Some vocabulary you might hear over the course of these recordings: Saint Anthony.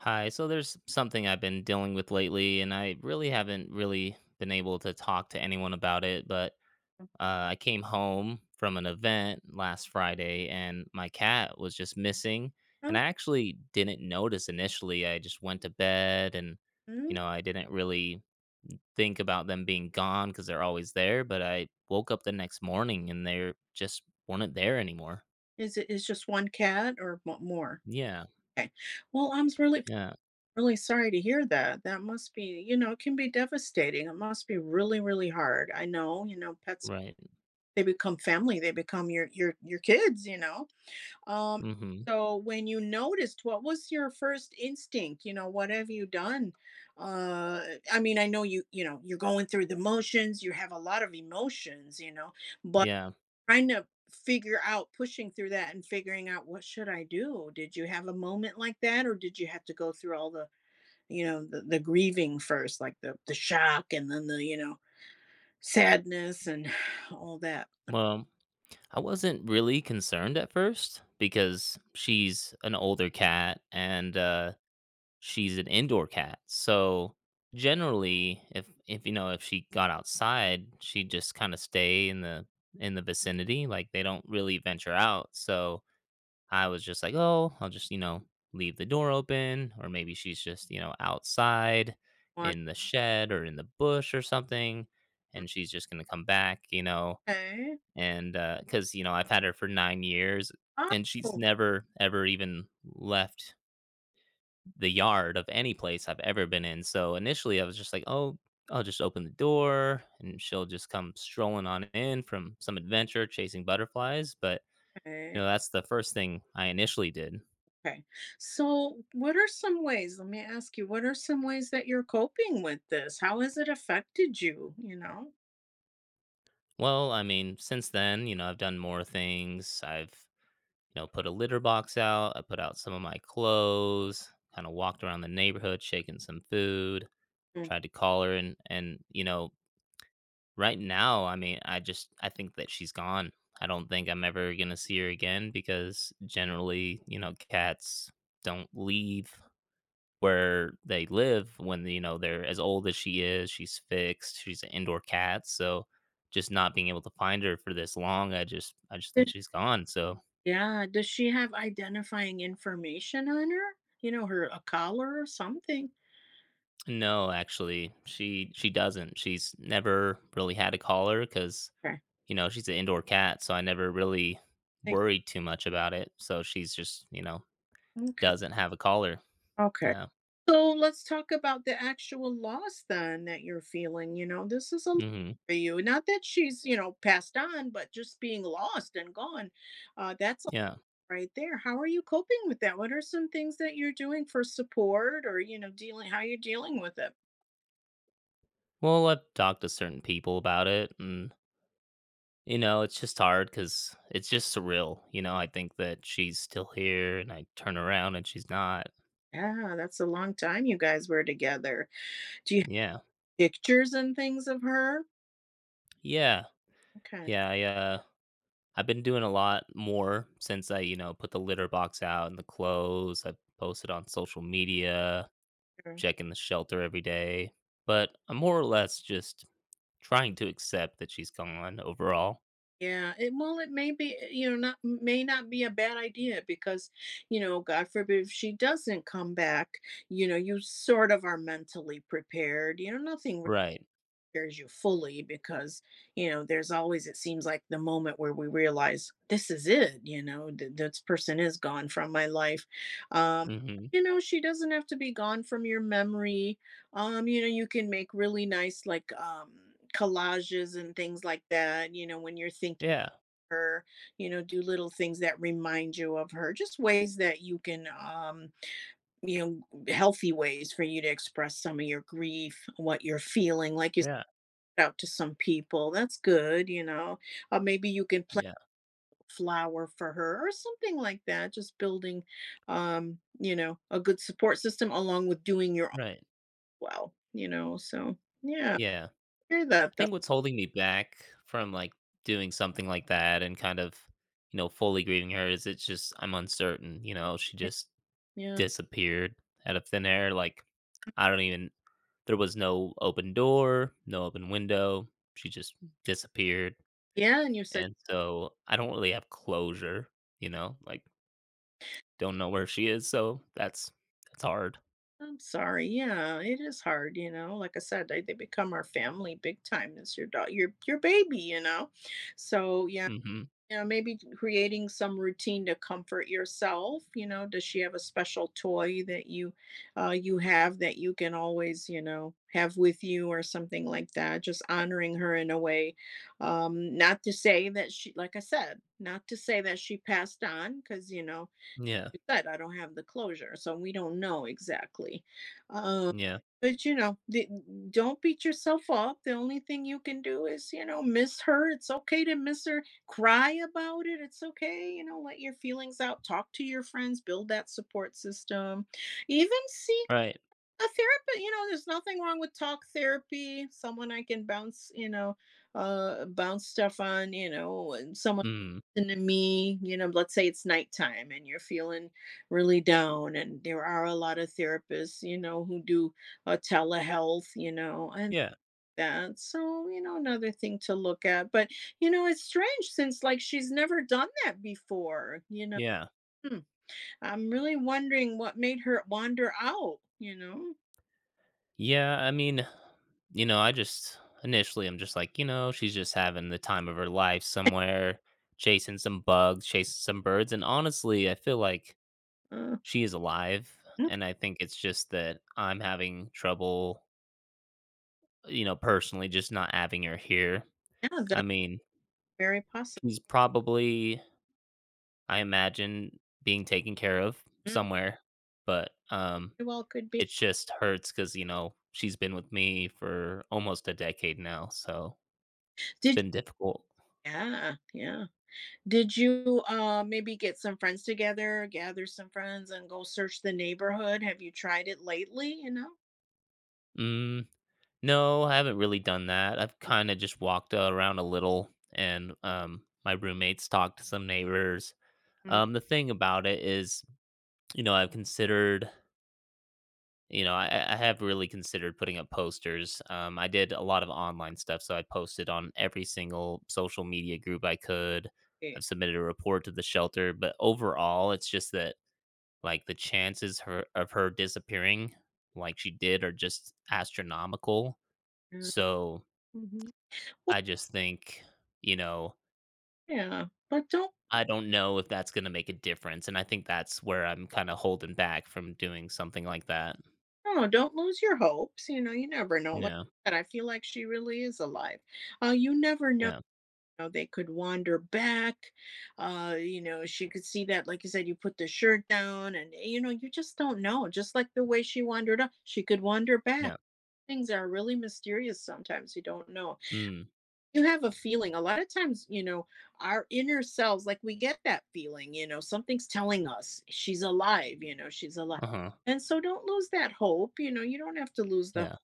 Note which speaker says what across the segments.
Speaker 1: Hi. So there's something I've been dealing with lately, and I really haven't really been able to talk to anyone about it. But I came home from an event last Friday, and my cat was just missing. And
Speaker 2: Oh,
Speaker 1: I actually didn't notice initially. I just went to bed, and
Speaker 2: mm,
Speaker 1: I didn't really think about them being gone because they're always there. But I woke up the next morning, and they just weren't there anymore.
Speaker 2: is it is just one cat or mo more?
Speaker 1: Yeah.
Speaker 2: Okay. Well, I'm really,
Speaker 1: Yeah.
Speaker 2: really sorry to hear that. That must be, you know, it can be devastating. It must be really, really hard. I know, you know, pets,
Speaker 1: Right.
Speaker 2: they become family. They become your your kids, you know. Um,
Speaker 1: Mm-hmm.
Speaker 2: so when you noticed, what was your first instinct? You know, what have you done? Uh, I mean, I know you, you know, you're going through the motions, you have a lot of emotions, you know, but
Speaker 1: Yeah.
Speaker 2: trying to figure out pushing through that and figuring out what should I do? Did you have a moment like that, or did you have to go through all the, you know, the grieving first, like the shock and then the, you know, sadness and all that?
Speaker 1: Well, I wasn't really concerned at first because she's an older cat and she's an indoor cat. So generally, if if she got outside, she'd just kind of stay in the vicinity. Like they don't really venture out. So I was just like, oh, I'll just leave the door open, or maybe she's just outside
Speaker 2: On.
Speaker 1: in the shed or in the bush or something, and she's just gonna come back,
Speaker 2: Okay.
Speaker 1: and because I've had her for 9 years, and she's
Speaker 2: Oh,
Speaker 1: never ever even left the yard of any place I've ever been in, so, initially, I was just like, "Oh, I'll just open the door, and she'll just come strolling on in from some adventure chasing butterflies," but,
Speaker 2: okay.
Speaker 1: that's the first thing I initially did.
Speaker 2: Okay. So, what are some ways, let me ask you, what are some ways that you're coping with this? How has it affected you, you know?
Speaker 1: Well, I mean, since then, I've done more things, I've, put a litter box out, I put out some of my clothes, kinda walked around the neighborhood shaking some food, tried to call her and right now, I mean, I think that she's gone. I don't think I'm ever gonna see her again because generally, cats don't leave where they live when they're as old as she is. She's fixed. She's an indoor cat, so just not being able to find her for this long, I just think
Speaker 2: Mm.
Speaker 1: she's gone. So
Speaker 2: Yeah, does she have identifying information on her? You know, her a collar or something?
Speaker 1: no, actually, she doesn't. She's never really had a caller because
Speaker 2: Okay,
Speaker 1: she's an indoor cat, so I never really
Speaker 2: thank,
Speaker 1: worried too much about it. So she's just,
Speaker 2: okay,
Speaker 1: doesn't have a collar.
Speaker 2: okay.
Speaker 1: Yeah.
Speaker 2: So let's talk about the actual loss then that you're feeling, you know, this is a l
Speaker 1: Hmm.
Speaker 2: for you. Not that she's, you know, passed on, but just being lost and gone, that's a lot
Speaker 1: Yeah.
Speaker 2: right there. How are you coping with that? What are some things that you're doing for support or, you know, dealing how you're dealing with it?
Speaker 1: Well, I've talked to certain people about it, and it's just hard because it's just surreal. I think that she's still here, and I turn around and she's not.
Speaker 2: Yeah, that's a long time you guys were together. Do you have
Speaker 1: Yeah.
Speaker 2: pictures and things of her?
Speaker 1: Yeah.
Speaker 2: Okay.
Speaker 1: Yeah. I've been doing a lot more since I put the litter box out and the clothes. I've posted on social media,
Speaker 2: Sure.
Speaker 1: checking the shelter every day, but I'm more or less just trying to accept that she's gone overall.
Speaker 2: Yeah, it, well, it may be, eh, you know, not may not be a bad idea because, you know, God forbid if she doesn't come back, you know, you sort of are mentally prepared. You know, nothing really
Speaker 1: Right.
Speaker 2: prepares you fully because, you know, there's always, it seems like the moment where we realize this is it. You know, th- this person is gone from my life. Um,
Speaker 1: Mhm.
Speaker 2: you know, she doesn't have to be gone from your memory. You know, you can make really nice like collages and things like that. You know, when you're thinking
Speaker 1: Yeah.
Speaker 2: her, you know, do little things that remind you of her, just ways that you can, you know, healthy ways for you to express some of your grief, what you're feeling, like you
Speaker 1: Yeah.
Speaker 2: said out to some people. That's good, you know. Or maybe you can plant
Speaker 1: Yeah.
Speaker 2: a flower for her or something like that. Just building, you know, a good support system along with doing your own
Speaker 1: Right.
Speaker 2: well, you know. So yeah,
Speaker 1: Yeah.
Speaker 2: hear that
Speaker 1: I
Speaker 2: though.
Speaker 1: think what's holding me back from, like, doing something like that and kind of, fully grieving her is it's just I'm uncertain, she just
Speaker 2: Yeah.
Speaker 1: disappeared out of thin air, like, I don't even, there was no open door, no open window, she just disappeared.
Speaker 2: Yeah, and you said
Speaker 1: And so I don't really have closure, like don't know where she is, so that's hard.
Speaker 2: I'm sorry. Yeah, it is hard, you know. Like I said, they become our family big time. It's your dog, your baby, you know. So yeah,
Speaker 1: Mhm.
Speaker 2: you know, maybe creating some routine to comfort yourself. You know, does she have a special toy that you, you have that you can always, you know, have with you or something like that? Just honoring her in a way. Not to say that she, like I said, not to say that she passed on, because you know
Speaker 1: Yeah.
Speaker 2: you said, I don't have the closure, so we don't know exactly. Um,
Speaker 1: Yeah.
Speaker 2: but you know, the, don't beat yourself up. The only thing you can do is, you know, miss her. It's okay to miss her. Cry about it. It's okay. You know, let your feelings out. Talk to your friends. Build that support system. Even seek
Speaker 1: Right.
Speaker 2: a therapist. You know, there's nothing wrong with talk therapy. Someone I can bounce, you know, bounce stuff on. You know, and someone
Speaker 1: Mm.
Speaker 2: listen to me, you know, let's say it's nighttime and you're feeling really down, and there are a lot of therapists, you know, who do telehealth, you know, and
Speaker 1: Yeah.
Speaker 2: that. So, you know, another thing to look at. But, you know, it's strange since like she's never done that before, you know.
Speaker 1: Yeah.
Speaker 2: Hmm. I'm really wondering what made her wander out, you know?
Speaker 1: Yeah, I mean, I just initially I'm just like, she's just having the time of her life somewhere, chasing some bugs, chasing some birds, and honestly, I feel like
Speaker 2: Uh,
Speaker 1: she is alive,
Speaker 2: okay,
Speaker 1: and I think it's just that I'm having trouble, personally just not having her here.
Speaker 2: yeah,
Speaker 1: I
Speaker 2: that's
Speaker 1: mean,
Speaker 2: very possible.
Speaker 1: he's probably, I imagine, being taken care of
Speaker 2: Mm,
Speaker 1: somewhere, but,
Speaker 2: very well could be.
Speaker 1: it just hurts because she's been with me for almost a decade now, so it's
Speaker 2: Did,
Speaker 1: been difficult.
Speaker 2: yeah, yeah. Did you, maybe get some friends together, gather some friends, and go search the neighborhood? Have you tried it lately, you know?
Speaker 1: Mm, no, I haven't really done that. I've kinda just walked around a little and, my roommates talked to some neighbors.
Speaker 2: Mm,
Speaker 1: The thing about it is, I've considered. I have really considered putting up posters. I did a lot of online stuff, so I posted on every single social media group I could.
Speaker 2: yeah,
Speaker 1: I've submitted a report to the shelter, but overall, it's just that like the chances her of her disappearing, like she did, are just astronomical.
Speaker 2: mm.
Speaker 1: So
Speaker 2: Mhm. Well,
Speaker 1: I just think, you know,
Speaker 2: yeah, but don't,
Speaker 1: I don't know if that's going to make a difference, and I think that's where I'm kind of holding back from doing something like that.
Speaker 2: I don't know, don't lose your hopes, you know, you never know, like
Speaker 1: Yeah,
Speaker 2: I said, I feel like she really is alive. You never know, you
Speaker 1: yeah,
Speaker 2: know, they could wander back, you know, she could see that, like you said, you put the shirt down and, you know, you just don't know, just like the way she wandered up, she could wander back.
Speaker 1: yeah.
Speaker 2: Things are really mysterious sometimes, you don't know.
Speaker 1: Mm,
Speaker 2: You have a feeling. A lot of times, you know, our inner selves, like we get that feeling, you know, something's telling us she's alive, you know, she's alive.
Speaker 1: uh huh.
Speaker 2: And so don't lose that hope. You know, you don't have to lose the hope.
Speaker 1: Yeah.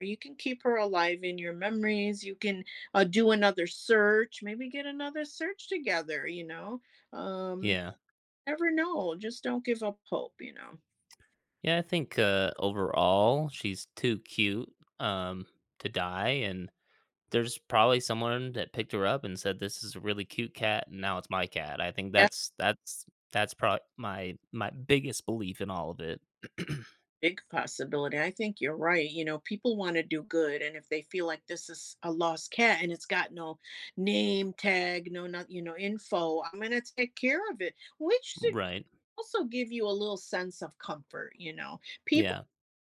Speaker 2: You can keep her alive in your memories. You can do another search, maybe get another search together, you know. Um,
Speaker 1: Yeah.
Speaker 2: Never know. Just don't give up hope, you know.
Speaker 1: Yeah, I think, overall, she's too cute, um, to die, and there's probably someone that picked her up and said, "This is a really cute cat, and now it's my cat." I think that's probably my biggest belief in all of it.
Speaker 2: Big possibility. I think you're right. You know, people want to do good, and if they feel like this is a lost cat and it's got no name tag, no not you know info, I'm gonna take care of it, which should
Speaker 1: Right.
Speaker 2: also give you a little sense of comfort. You know, people
Speaker 1: Yeah.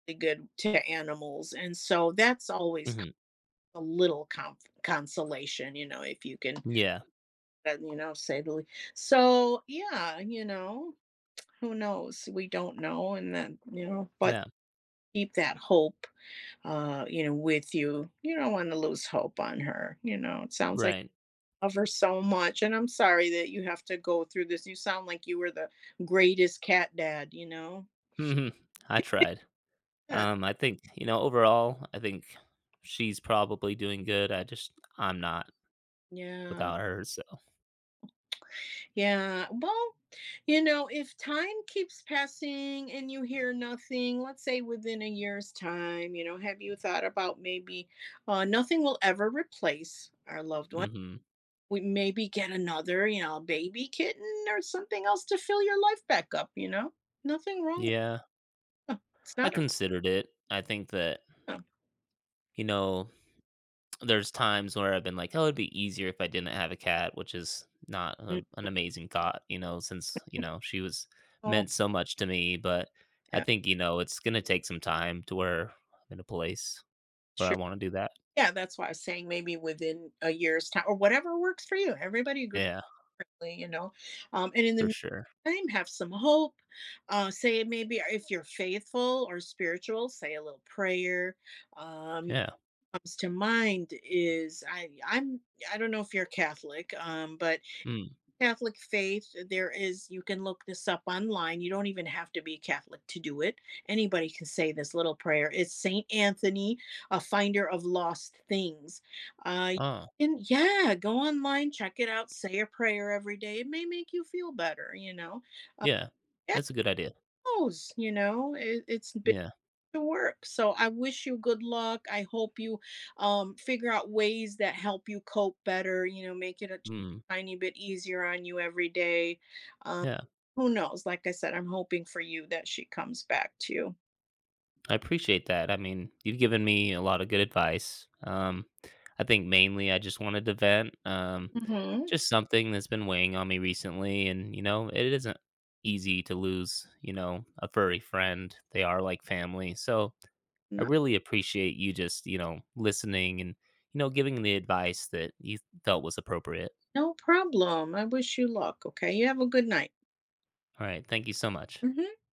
Speaker 2: are good to animals, and so that's always co-
Speaker 1: Mhm.
Speaker 2: a little conf- consolation. You know, if you can,
Speaker 1: Yeah.
Speaker 2: you know, say the le- so yeah, you know. Who knows? We don't know. And then, you know, but
Speaker 1: Yeah.
Speaker 2: keep that hope you know, with you. You don't want to lose hope on her. You know, it sounds like
Speaker 1: Right.
Speaker 2: you love her so much. And I'm sorry that you have to go through this. You sound like you were the greatest cat dad, you know?
Speaker 1: Mhm. I tried.
Speaker 2: Yeah.
Speaker 1: I think, overall, I think she's probably doing good, I just I'm not
Speaker 2: Yeah.
Speaker 1: without her, so.
Speaker 2: Yeah. Well, you know, if time keeps passing and you hear nothing, let's say within a year's time, you know, have you thought about maybe nothing will ever replace our loved one?
Speaker 1: Mhm.
Speaker 2: We maybe get another, you know, baby kitten or something else to fill your life back up, you know? Nothing wrong.
Speaker 1: Yeah.
Speaker 2: With- it's
Speaker 1: I
Speaker 2: not a
Speaker 1: considered it. I think that,
Speaker 2: problem.
Speaker 1: you know, there's times where I've been like, "Oh, it'd be easier if I didn't have a cat," which is not an amazing thought, since, she was
Speaker 2: No,
Speaker 1: meant so much to me, but I
Speaker 2: yeah,
Speaker 1: think, it's going to take some time to where I'm in a place where I
Speaker 2: sure.
Speaker 1: want to do that.
Speaker 2: Yeah, that's why I was saying maybe within a year's time or whatever works for you. Everybody agrees
Speaker 1: Yeah,
Speaker 2: differently, you know. And in
Speaker 1: for
Speaker 2: the
Speaker 1: sure.
Speaker 2: meantime, have some hope. Say maybe if you're faithful or spiritual, say a little prayer. Um,
Speaker 1: Yeah.
Speaker 2: Comes to mind is I'm I don't know if you're Catholic, but
Speaker 1: Mm.
Speaker 2: Catholic faith, there is, you can look this up online. You don't even have to be Catholic to do it. Anybody can say this little prayer. It's Saint Anthony, a finder of lost things. Uh,
Speaker 1: Oh,
Speaker 2: and yeah, go online, check it out, say a prayer every day. It may make you feel better, you know. Uh,
Speaker 1: yeah.
Speaker 2: it
Speaker 1: That's a good idea.
Speaker 2: knows, you know, it, it's been
Speaker 1: Yeah.
Speaker 2: to work. So I wish you good luck. I hope you figure out ways that help you cope better, you know, make it a
Speaker 1: Mm.
Speaker 2: tiny bit easier on you every day. Um,
Speaker 1: Yeah.
Speaker 2: who knows? Like I said, I'm hoping for you that she comes back to you.
Speaker 1: I appreciate that. I mean, you've given me a lot of good advice. I think mainly I just wanted to vent. Um,
Speaker 2: Hmm.
Speaker 1: just something that's been weighing on me recently. And, it isn't easy to lose, a furry friend. They are like family. So I
Speaker 2: No,
Speaker 1: really appreciate you just, listening and, giving the advice that you felt was appropriate.
Speaker 2: no problem. I wish you luck. Okay. You have a good night.
Speaker 1: All right. Thank you so much.
Speaker 2: Hmm.